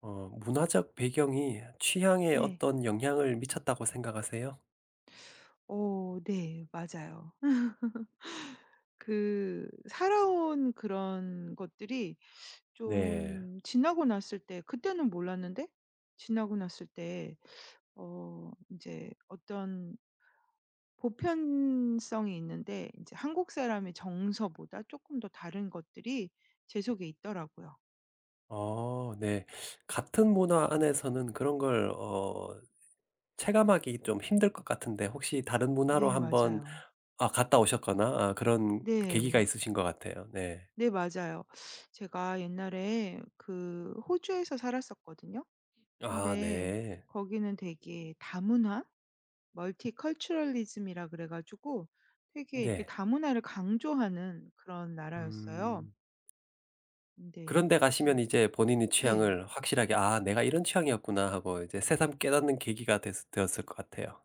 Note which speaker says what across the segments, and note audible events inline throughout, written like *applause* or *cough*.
Speaker 1: 문화적 배경이 취향에
Speaker 2: 네.
Speaker 1: 어떤 영향을 미쳤다고 생각하세요?
Speaker 2: 네. 맞아요. 그 살아온 그런 것들이
Speaker 1: 네.
Speaker 2: 좀 지나고 났을 때 그때는 몰랐는데 지나고 났을 때 인제 어떤 보편성이 있는데 인제 한국 사람의 정서보다 쪼끔 더 다른 것들이 제 속에 있더라고요.
Speaker 1: 네. 같은 문화 안에서는 그런 걸 체감하기 좀 힘들 것 같은데 혹시 다른 문화로
Speaker 2: 네
Speaker 1: 한번
Speaker 2: 맞아요.
Speaker 1: 갔다 오셨거나 그런 계기가
Speaker 2: 네.
Speaker 1: 있으신 것 같아요. 네.
Speaker 2: 네 맞아요. 제가 옛날에 그 호주에서 살았었거든요. 근데
Speaker 1: 네.
Speaker 2: 거기는 되게 다문화? 멀티컬처럴리즘이라 그래 가지고 되게 이렇게
Speaker 1: 네.
Speaker 2: 다문화를 강조하는 그런 나라였어요.
Speaker 1: 음.
Speaker 2: 근데
Speaker 1: 그런 데 가시면
Speaker 2: 음
Speaker 1: 이제 본인의
Speaker 2: 네.
Speaker 1: 취향을 확실하게 '아 내가 이런 취향이었구나.' 하고 이제 새삼 깨닫는 계기가 됐 되었을 것 같아요.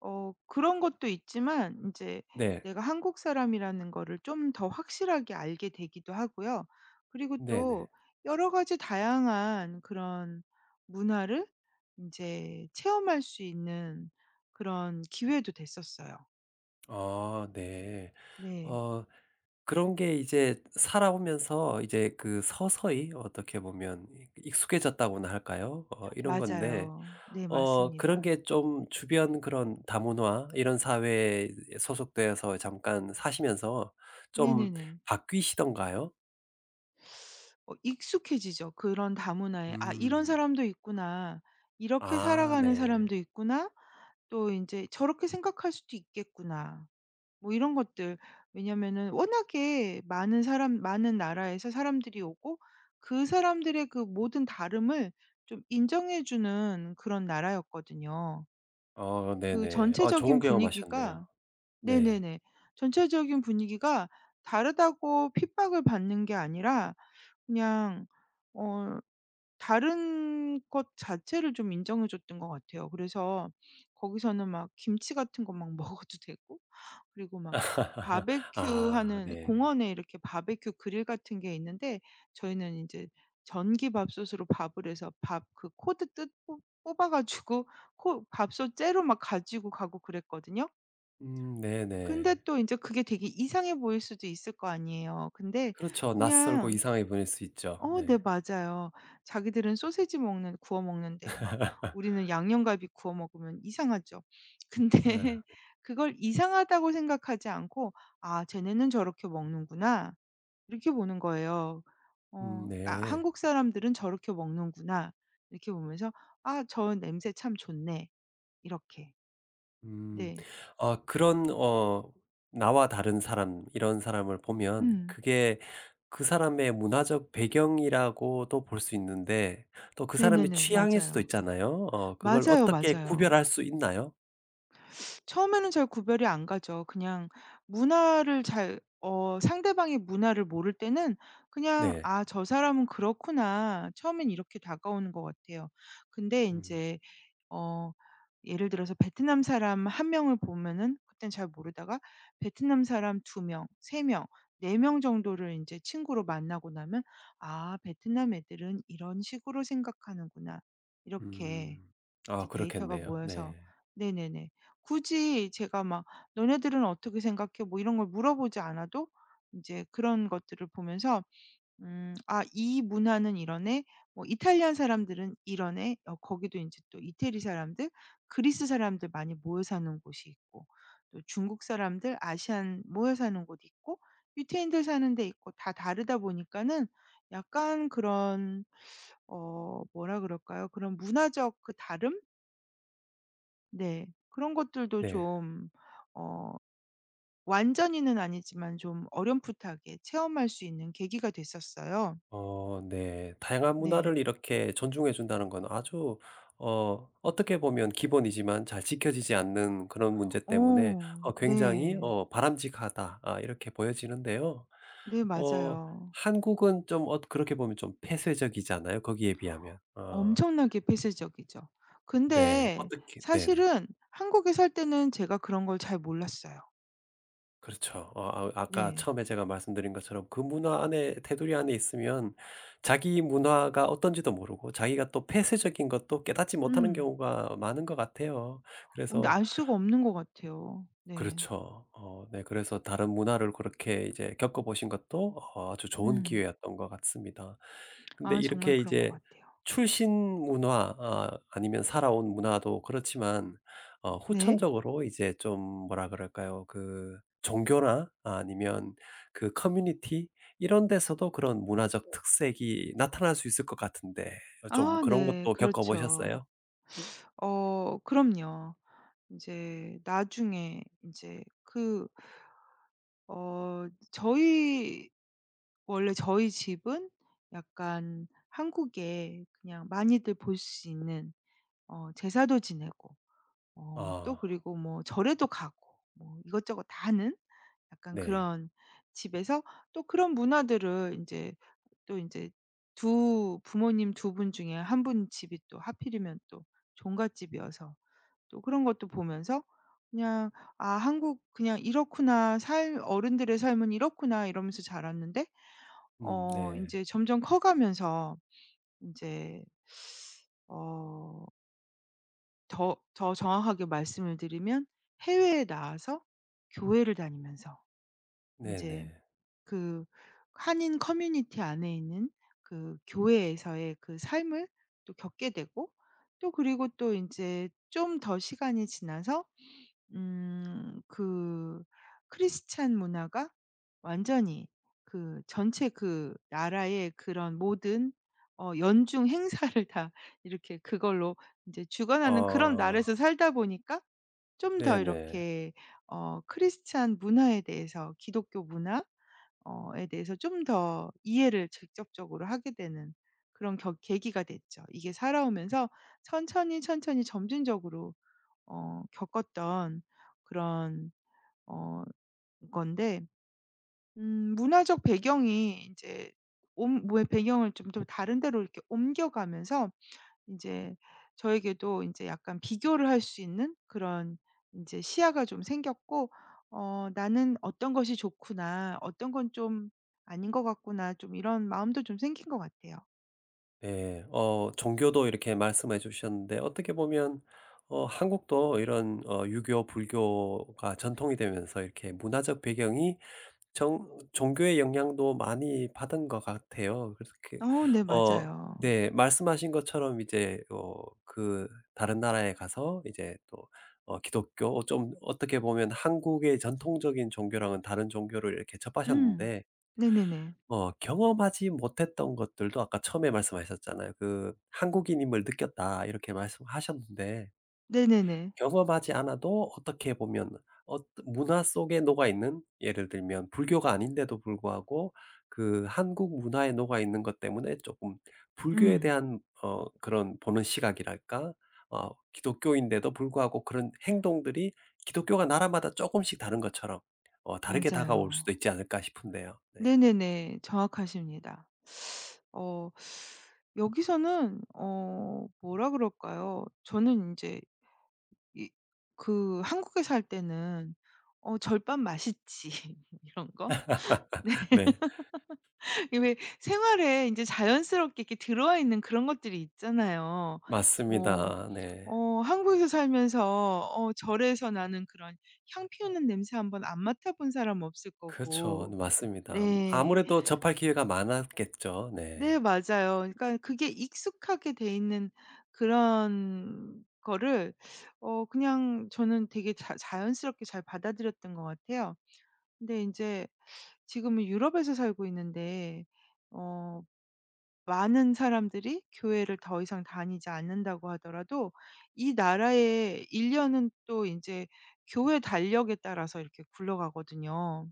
Speaker 2: 그런 것도 있지만 이제
Speaker 1: 네.
Speaker 2: 내가 한국 사람이라는 거를 좀 더 확실하게 알게 되기도 하고요. 그리고 또
Speaker 1: 네네.
Speaker 2: 여러 가지 다양한 그런 문화를 이제 체험할 수 있는 그런 기회도 됐었어요.
Speaker 1: 네.
Speaker 2: 네.
Speaker 1: 어 그런 게 이제 살아오면서 이제 그 서서히 어떻게 보면 익숙해졌다고나 할까요? 이런 건데
Speaker 2: 맞아요. 네
Speaker 1: 그런
Speaker 2: 맞습니다.
Speaker 1: 게 좀 주변 그런 다문화 이런 사회에 소속되어서 잠깐 사시면서 좀
Speaker 2: 네네네.
Speaker 1: 바뀌시던가요?
Speaker 2: 익숙해지죠. 그런 다문화에 '아 이런
Speaker 1: 음.
Speaker 2: 사람도 있구나. 이렇게 살아가는
Speaker 1: 네.
Speaker 2: 사람도 있구나. 또 이제 저렇게 생각할 수도 있겠구나.' 뭐 이런 것들. 왜냐면은 워낙에 많은 사람 많은 나라에서 사람들이 오고 그 사람들의 그 모든 다름을 좀 인정해 주는 그런 나라였거든요. 그
Speaker 1: 네네. 좋은
Speaker 2: 전체적인 분위기가.
Speaker 1: 경험하셨네요. 네.
Speaker 2: 네네네. 전체적인 분위기가 다르다고 핍박을 받는 게 아니라 그냥 어 다른 것 자체를 좀 인정해 줬던 것 같아요. 그래서 거기서는 막 김치 같은 거 막 *laughs* 먹어도 되고 그리고 막
Speaker 1: *laughs*
Speaker 2: 바베큐하는
Speaker 1: 네.
Speaker 2: 공원에 이렇게 바베큐 그릴 같은 게 있는데 저희는 이제 전기밥솥으로 밥을 해서 밥 그 코드 뜯 뽑 뽑아 가지고 코 밥솥 째로 막 가지고 가고 그랬거든요. 근데
Speaker 1: 네네.
Speaker 2: 또 인제 그게 되게 이상해 보일 수도 있을 거 아니에요. 근데
Speaker 1: 그렇죠. 낯설고
Speaker 2: 그냥
Speaker 1: 이상하게 보일 수 있죠.
Speaker 2: 네
Speaker 1: 네.
Speaker 2: 맞아요. 자기들은 소시지 먹는 구워 먹는데 막 우리는 양념갈비 구워 먹으면 이상하죠. *laughs* 근데
Speaker 1: 예.
Speaker 2: 그걸 이상하다고 생각하지 않고 '아 쟤네는 저렇게 먹는구나.' 이렇게 보는 거예요. '아
Speaker 1: 네.
Speaker 2: 한국 사람들은 저렇게 먹는구나.' 이렇게 보면서 '아 저 냄새 참 좋네.' 이렇게.
Speaker 1: 음.
Speaker 2: 네.
Speaker 1: 그런 나와 다른 사람 이런 사람을 보면
Speaker 2: 음.
Speaker 1: 그게 그 사람의 문화적 배경이라고도 볼 수 있는데 또 그 사람의
Speaker 2: 네네네.
Speaker 1: 취향일 수도
Speaker 2: 맞아요.
Speaker 1: 있잖아요. 그걸
Speaker 2: 맞아요,
Speaker 1: 어떻게 구별할
Speaker 2: 맞아요.
Speaker 1: 수 있나요?
Speaker 2: 처음에는 잘 구별이 안 가죠. 그냥 문화를 잘 상대방의 문화를 모를 때는 그냥
Speaker 1: 네.
Speaker 2: '아 저 사람은 그렇구나.' 처음엔 이렇게 다가오는 것 같아요. 근데 이
Speaker 1: 음.
Speaker 2: 제 어 예를 들어서 베트남 사람 한 명을 보면은 그땐 잘 모르다가 베트남 사람 두 명, 세 명, 네 명 정도를 이제 친구로 만나고 나면 '아 베트남 애들은 이런 식으로 생각하는구나.' 이렇게
Speaker 1: 음.
Speaker 2: 이제 데이터가
Speaker 1: 그렇겠네요.
Speaker 2: 모여서.
Speaker 1: 네.
Speaker 2: 네네네. 굳이 제가 막 "너네들은 어떻게 생각해?" 뭐 이런 걸 물어보지 않아도 인제 그런 것들을 보면서 '아 이 문화는 이러네. 뭐 이탈리안 사람들은 이러네.' 거기도 인제 또 이태리 사람들, 그리스 사람들 많이 모여 사는 곳이 있고 또 중국 사람들, 아시안 모여 사는 곳 있고 유태인들 사는 데 있고 다 다르다 보니까는 약간 그런 뭐라 그럴까요? 그런 문화적 그 다름? 네. 그런 것들도
Speaker 1: 네.
Speaker 2: 좀 어 완전히는 아니지만 좀 어렴풋하게 체험할 수 있는 계기가 됐었어요.
Speaker 1: 네. 다양한
Speaker 2: 네.
Speaker 1: 문화를 이렇게 존중해 준다는 건 아주 어떻게 보면 기본이지만 잘 지켜지지 않는 그런 문제 때문에
Speaker 2: 어
Speaker 1: 굉장히
Speaker 2: 네.
Speaker 1: '바람직하다.' 이렇게 보여지는데요.
Speaker 2: 네
Speaker 1: 어
Speaker 2: 맞아요.
Speaker 1: 한국은 좀 그렇게 보면 좀 폐쇄적이잖아요 거기에 비하면.
Speaker 2: 엄청나게 폐쇄적이죠.
Speaker 1: 네.
Speaker 2: 근데
Speaker 1: 어떻게 네네.
Speaker 2: 사실은 한국에 살 때는 제가 그런 걸 잘 몰랐어요.
Speaker 1: 그렇죠. 아까
Speaker 2: 네.
Speaker 1: 처음에 제가 말씀드린 것처럼 그 문화 안에 테두리 안에 있으면 자기 문화가 어떤지도 모르고 자기가 또 폐쇄적인 것도 깨닫지 못하는
Speaker 2: 음.
Speaker 1: 경우가 많은 것 같아요.
Speaker 2: 근데
Speaker 1: 그래서
Speaker 2: 알 수가 없는 것 같아요. 네.
Speaker 1: 그렇죠. 네 그래서 다른 문화를 그렇게 이제 겪어 보신 것도 아주 좋은
Speaker 2: 음.
Speaker 1: 기회였던 것 같습니다. 근데
Speaker 2: 아 정말
Speaker 1: 이렇게
Speaker 2: 그런 것
Speaker 1: 이제
Speaker 2: 같아요.
Speaker 1: 출신 문화 아니면 살아온 문화도 그렇지만
Speaker 2: 네.
Speaker 1: 후천적으로 이제 좀 뭐라 그럴까요? 그 종교나 아니면 그 커뮤니티 이런 데서도 그런 문화적 특색이 나타날 수 있을 것 같은데 좀
Speaker 2: 아
Speaker 1: 그런
Speaker 2: 네.
Speaker 1: 것도 겪어
Speaker 2: 그렇죠.
Speaker 1: 보셨어요?
Speaker 2: 그럼요. 이제 나중에 이제 그 어 저희 원래 저희 집은 약간 한국에 그냥 많이들 볼 수 있는 제사도 지내고 또
Speaker 1: 아
Speaker 2: 그리고 뭐 절에도 가고 뭐 이것저것 다 하는 약간
Speaker 1: 네.
Speaker 2: 그런 집에서 또 그런 문화들을 이제 또 이제 두 부모님 두 분 중에 한 분 집이 또 하필이면 또 종갓집이어서 또 그런 것도 보면서 그냥 '아 한국 그냥 이렇구나. 삶 어른들의 삶은 이렇구나.' 이러면서 자랐는데
Speaker 1: 네.
Speaker 2: 인제 점점 커 가면서 인제 어 더 정확하게 말씀을 드리면 해외에 나와서 교회를 다니면서 인제
Speaker 1: 네네.
Speaker 2: 그 한인 커뮤니티 안에 있는 그 교회에서의 그 삶을 또 겪게 되고 또 그리고 또 인제 좀 더 시간이 지나서 그 크리스찬 문화가 완전히 그 전체 그 나라의 그런 모든 연중 행사를 다 *laughs* 이렇게 그걸로 이제 주관하는 그런
Speaker 1: 어.
Speaker 2: 나라에서 살다 보니까 좀 더
Speaker 1: 네네.
Speaker 2: 이렇게 크리스찬 문화에 대해서 기독교 문화 어에 대해서 좀 더 이해를 직접적으로 하게 되는 그런 겨 계기가 됐죠. 이게 살아오면서 천천히, 천천히 점진적으로 겪었던 그런 어 건데 문화적 배경이 이제 옴 뭐의 배경을 좀 좀 다른 데로 이렇게 옮겨가면서 이제 저에게도 이제 약간 비교를 할 수 있는 그런 이제 시야가 좀 생겼고 '나는 어떤 것이 좋구나. 어떤 건 좀 아닌 것 같구나.' 좀 이런 마음도 좀 생긴 것 같아요.
Speaker 1: 예. 종교도 이렇게 말씀해 주셨는데 어떻게 보면 한국도 이런 유교, 불교가 전통이 되면서 이렇게 문화적 배경이 정 종교의 영향도 많이 받은 것 같아요. 그래서 그
Speaker 2: 어 네
Speaker 1: 어
Speaker 2: 맞아요.
Speaker 1: 네 말씀하신 것처럼 이제 그 다른 나라에 가서 이제 또 기독교 좀 어떻게 보면 한국의 전통적인 종교랑은 다른 종교를 이렇게
Speaker 2: 음.
Speaker 1: 접하셨는데
Speaker 2: 네네네.
Speaker 1: 경험하지 못했던 것들도 아까 처음에 말씀하셨잖아요. 그 "한국인임을 느꼈다." 이렇게 말씀하셨는데
Speaker 2: 네네네.
Speaker 1: 경험하지 않아도 어떻게 보면 어 문화 속에 녹아 있는 예를 들면 불교가 아닌데도 불구하고 그 한국 문화에 녹아 있는 것 때문에 조금 불교에
Speaker 2: 음.
Speaker 1: 대한 그런 보는 시각이랄까? 기독교인데도 불구하고 그런 행동들이 기독교가 나라마다 조금씩 다른 것처럼 다르게 다가올 수도
Speaker 2: 맞아요.
Speaker 1: 있지 않을까 싶은데요. 네.
Speaker 2: 네네네. 정확하십니다. 어 여기서는 뭐라 그럴까요? 저는 이제 이 그 한국에 살 때는 절밥 맛있지 *laughs* 이런 거?
Speaker 1: *laughs* 네.
Speaker 2: *laughs* 이게 왜 생활에 이제 자연스럽게 이렇게 들어와 있는 그런 것들이 있잖아요. 뭐
Speaker 1: 맞습니다. 네.
Speaker 2: 한국에서 살면서 절에서 나는 그런 향 피우는 냄새 한번 안 맡아 본 사람 없을
Speaker 1: 그렇죠.
Speaker 2: 거고.
Speaker 1: 네, 맞습니다.
Speaker 2: 네.
Speaker 1: 아무래도 접할 기회가 많았겠죠.
Speaker 2: 네
Speaker 1: 네.
Speaker 2: 맞아요. 그러니까 그게 익숙하게 돼 있는 그런 거를 그냥 저는 되게 자 자연스럽게 잘 받아들였던 것 같아요. 근데 이제 지금은 유럽에서 살고 있는데 어 많은 사람들이 교회를 더 이상 다니지 않는다고 하더라도 이 나라의 일 년은 또 이제 교회 달력에 따라서 이렇게 굴러가거든요.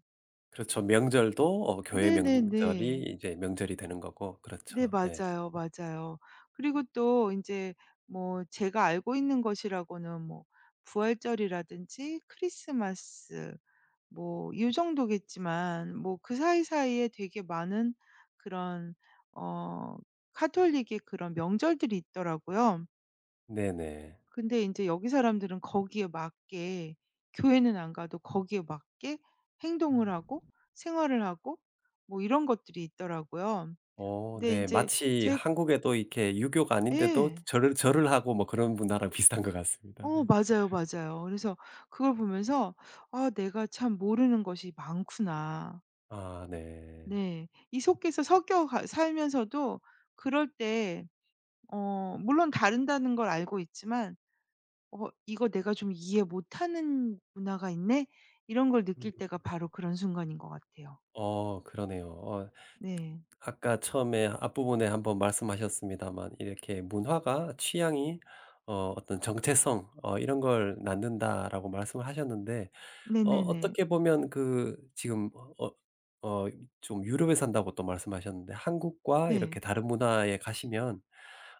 Speaker 1: 그렇죠. 명절도 교회
Speaker 2: 네네네.
Speaker 1: 명절이 이제 명절이 되는 거고.
Speaker 2: 네
Speaker 1: 그렇죠. 네.
Speaker 2: 맞아요, 맞아요. 그리고 또 인제 뭐 제가 알고 있는 것이라고는 뭐 부활절이라든지 크리스마스 뭐 요 정도겠지만 뭐 그 사이사이에 되게 많은 그런 어 가톨릭의 그런 명절들이 있더라고요.
Speaker 1: 네네.
Speaker 2: 근데 인제 여기 사람들은 거기에 맞게 교회는 안 가도 거기에 맞게 행동을
Speaker 1: 음.
Speaker 2: 하고 생활을 하고 뭐 이런 것들이 있더라고요. 근데
Speaker 1: 네.
Speaker 2: 인제
Speaker 1: 마치
Speaker 2: 제
Speaker 1: 한국에도 이렇게 유교가 아닌데도
Speaker 2: 예.
Speaker 1: 절을 하고 뭐 그런 문화랑 *laughs* 비슷한 것 같습니다. 네.
Speaker 2: 맞아요, 맞아요. 그래서 그걸 보면서 '아 내가 참 모르는 것이 많구나.'
Speaker 1: 네.
Speaker 2: 네. 이 속에서 섞여 가 살면서도 그럴 때 물론 다른다는 걸 알고 있지만 '어 이거 내가 좀 이해 못하는 문화가 있네.' 이런 걸 느낄 때가 바로 그런 순간인 것 같아요.
Speaker 1: 그러네요.
Speaker 2: 네.
Speaker 1: 아까 처음에 앞부분에 한번 말씀하셨습니다만 이렇게 문화가 취향이 어떤 정체성 이런 걸 낳는다라고 말씀을 하셨는데
Speaker 2: 네네네.
Speaker 1: 어떻게 보면 그 지금 어어 어, 좀 유럽에 산다고 또 말씀하셨는데 한국과
Speaker 2: 네.
Speaker 1: 이렇게 다른 문화에 가시면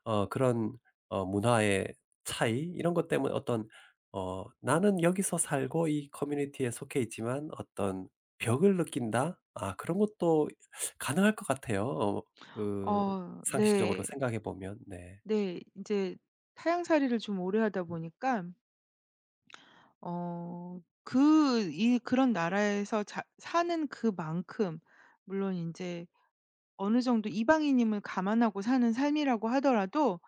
Speaker 1: 그런 문화의 차이 이런 것 때문에 어떤 '나는 여기서 살고 이 커뮤니티에 속해 있지만 어떤 벽을 느낀다.' 그런 것도 가능할 것 같아요. 그
Speaker 2: 어
Speaker 1: 상식적으로
Speaker 2: 네.
Speaker 1: 생각해 보면. 네.
Speaker 2: 네. 이제 타향살이를 좀 오래 하다 보니까 그 이 그런 나라에서 자 사는 그만큼 물론 이제 어느 정도 이방인임을 감안하고 사는 삶이라고 하더라도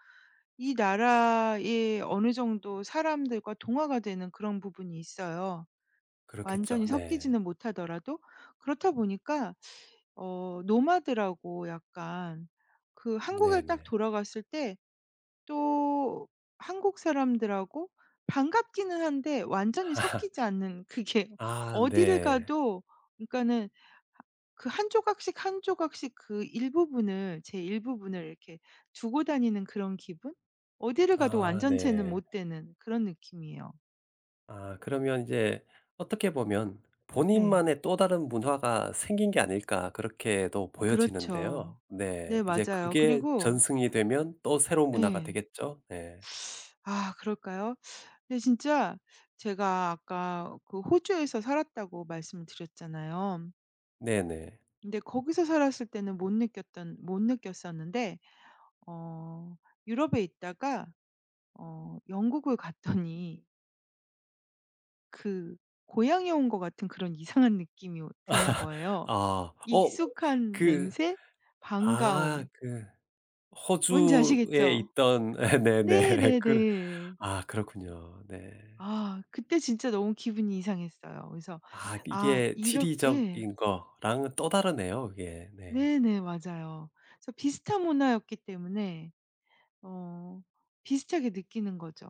Speaker 2: 이 나라의 어느 정도 사람들과 동화가 되는 그런 부분이 있어요.
Speaker 1: 그렇겠죠.
Speaker 2: 완전히
Speaker 1: 네.
Speaker 2: 섞이지는 못하더라도 그렇다 보니까 노마드라고 약간 그 한국을 딱
Speaker 1: 네네.
Speaker 2: 돌아갔을 때 또 한국 사람들하고 반갑기는 한데 완전히
Speaker 1: *laughs*
Speaker 2: 섞이지 않는 그게 *laughs* 어디를
Speaker 1: 네.
Speaker 2: 가도, 그러니까는 그 한 조각씩, 한 조각씩 그 일부분을 제 일부분을 이렇게 두고 다니는 그런 기분? 어디를 가도 완전체는
Speaker 1: 네.
Speaker 2: 못 되는 그런 느낌이에요.
Speaker 1: 그러면 이제 어떻게 보면
Speaker 2: 네.
Speaker 1: 본인만의 또 다른 문화가 생긴 게 아닐까 그렇게도
Speaker 2: 그렇죠.
Speaker 1: 보여지는데요. 네.
Speaker 2: 네
Speaker 1: 이제
Speaker 2: 맞아요.
Speaker 1: 그게
Speaker 2: 그리고
Speaker 1: 전승이 되면 또 새로운 문화가
Speaker 2: 예.
Speaker 1: 되겠죠? 네.
Speaker 2: 아 그럴까요? 근데 진짜 제가 아까 그 호주에서 살았다고 말씀을 드렸잖아요.
Speaker 1: 네네.
Speaker 2: 근데 거기서 살았을 때는 못 느꼈었는데 어 유럽에 있다가 영국을 갔더니 그 고향에 온 것 같은 그런 이상한 느낌이 오 드는
Speaker 1: *laughs*
Speaker 2: 거예요.
Speaker 1: 아.
Speaker 2: 익숙한
Speaker 1: 그
Speaker 2: 냄새, 반가움.
Speaker 1: 그
Speaker 2: 뭔지
Speaker 1: 호주에
Speaker 2: 아시겠죠?
Speaker 1: 있던 *laughs* 네네.
Speaker 2: 네네네.
Speaker 1: 그 그렇군요. 네.
Speaker 2: 아 그때 진짜 너무 기분이 이상했어요. 그래서 아
Speaker 1: 이게
Speaker 2: 이렇 예.
Speaker 1: 지리적인 거랑은 또 다르네요 그게. 네.
Speaker 2: 네네. 맞아요. 그래서 비슷한 문화였기 때문에 어 비슷하게 느끼는 거죠.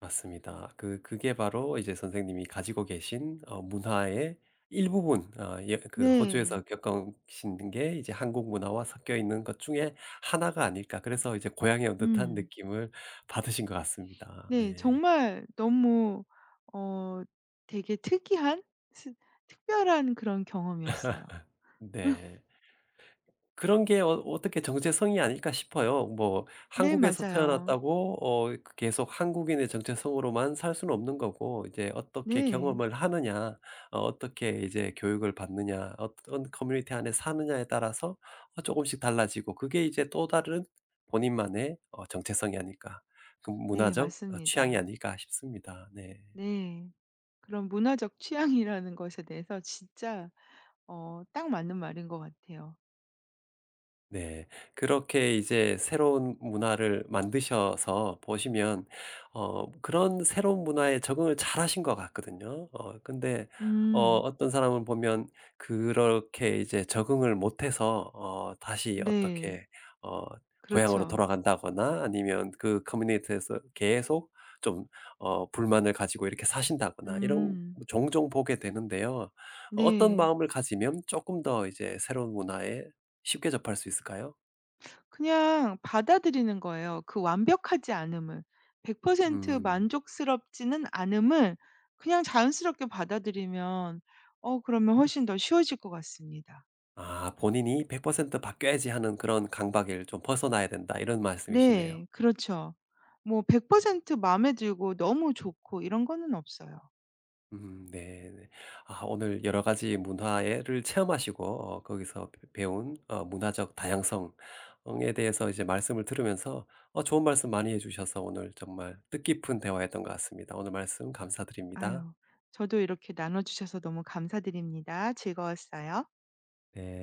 Speaker 1: 맞습니다. 그게 바로 이제 선생님이 가지고 계신 문화의 일부분 예 그
Speaker 2: 네.
Speaker 1: 호주에서 겪으신 게 이제 한국 문화와 섞여 있는 것 중에 하나가 아닐까. 그래서 이제 고향에 온 듯한
Speaker 2: 음.
Speaker 1: 느낌을 받으신 것 같습니다.
Speaker 2: 네.
Speaker 1: 네.
Speaker 2: 정말 너무 어 되게 특이한 스 특별한 그런 경험이었어요. *laughs*
Speaker 1: 네. 그런 게 어떻게 정체성이 아닐까 싶어요. 뭐
Speaker 2: 네
Speaker 1: 한국에서
Speaker 2: 맞아요.
Speaker 1: 태어났다고 그 계속 한국인의 정체성으로만 살 수는 없는 거고 이제 어떻게
Speaker 2: 네.
Speaker 1: 경험을 하느냐, 어떻게 이제 교육을 받느냐, 어떤 커뮤니티 안에 사느냐에 따라서 어금씩 달라지고 그게 이제 또 다른 본인만의 정체성이 아닐까. 그
Speaker 2: 네
Speaker 1: 문화적 취향이
Speaker 2: 맞습니다.
Speaker 1: 아닐까 싶습니다. 네.
Speaker 2: 네. 그런 문화적 취향이라는 것에 대해서 진짜 딱 맞는 말인 것 같아요.
Speaker 1: 네. 그렇게 이제 새로운 문화를 만드셔서 보시면 그런 새로운 문화에 적응을 잘하신 것 같거든요. 근데
Speaker 2: 음.
Speaker 1: 어떤 사람은 보면 그렇게 이제 적응을 못해서 다시
Speaker 2: 네.
Speaker 1: 어떻게 어 고향으로
Speaker 2: 그렇죠.
Speaker 1: 돌아간다거나 아니면 그 커뮤니티에서 계속 좀 불만을 가지고 이렇게 사신다거나 이런
Speaker 2: 음.
Speaker 1: 종종 보게 되는데요. 어떤
Speaker 2: 네.
Speaker 1: 마음을 가지면 조금 더 이제 새로운 문화에 쉽게 접할 수 있을까요?
Speaker 2: 그냥 받아들이는 거예요. 그 완벽하지 않음을. 100%
Speaker 1: 음.
Speaker 2: 만족스럽지는 않음을 그냥 자연스럽게 받아들이면 그러면 훨씬 더 쉬워질 것 같습니다.
Speaker 1: 본인이 100% 바뀌어야지 하는 그런 강박을 좀 벗어나야 된다 이런 말씀이시네요.
Speaker 2: 네. 그렇죠. 뭐 100% 마음에 들고 너무 좋고 이런 거는 없어요.
Speaker 1: 네네. 오늘 여러 가지 문화를 체험하시고 거기서 배 배운 문화적 다양성 에 대해서 이제 말씀을 들으면서 좋은 말씀 많이 해 주셔서 오늘 정말 뜻깊은 대화였던 것 같습니다. 오늘 말씀 감사드립니다.
Speaker 2: 아유. 저도 이렇게 나눠 주셔서 너무 감사드립니다. 즐거웠어요.
Speaker 1: 네.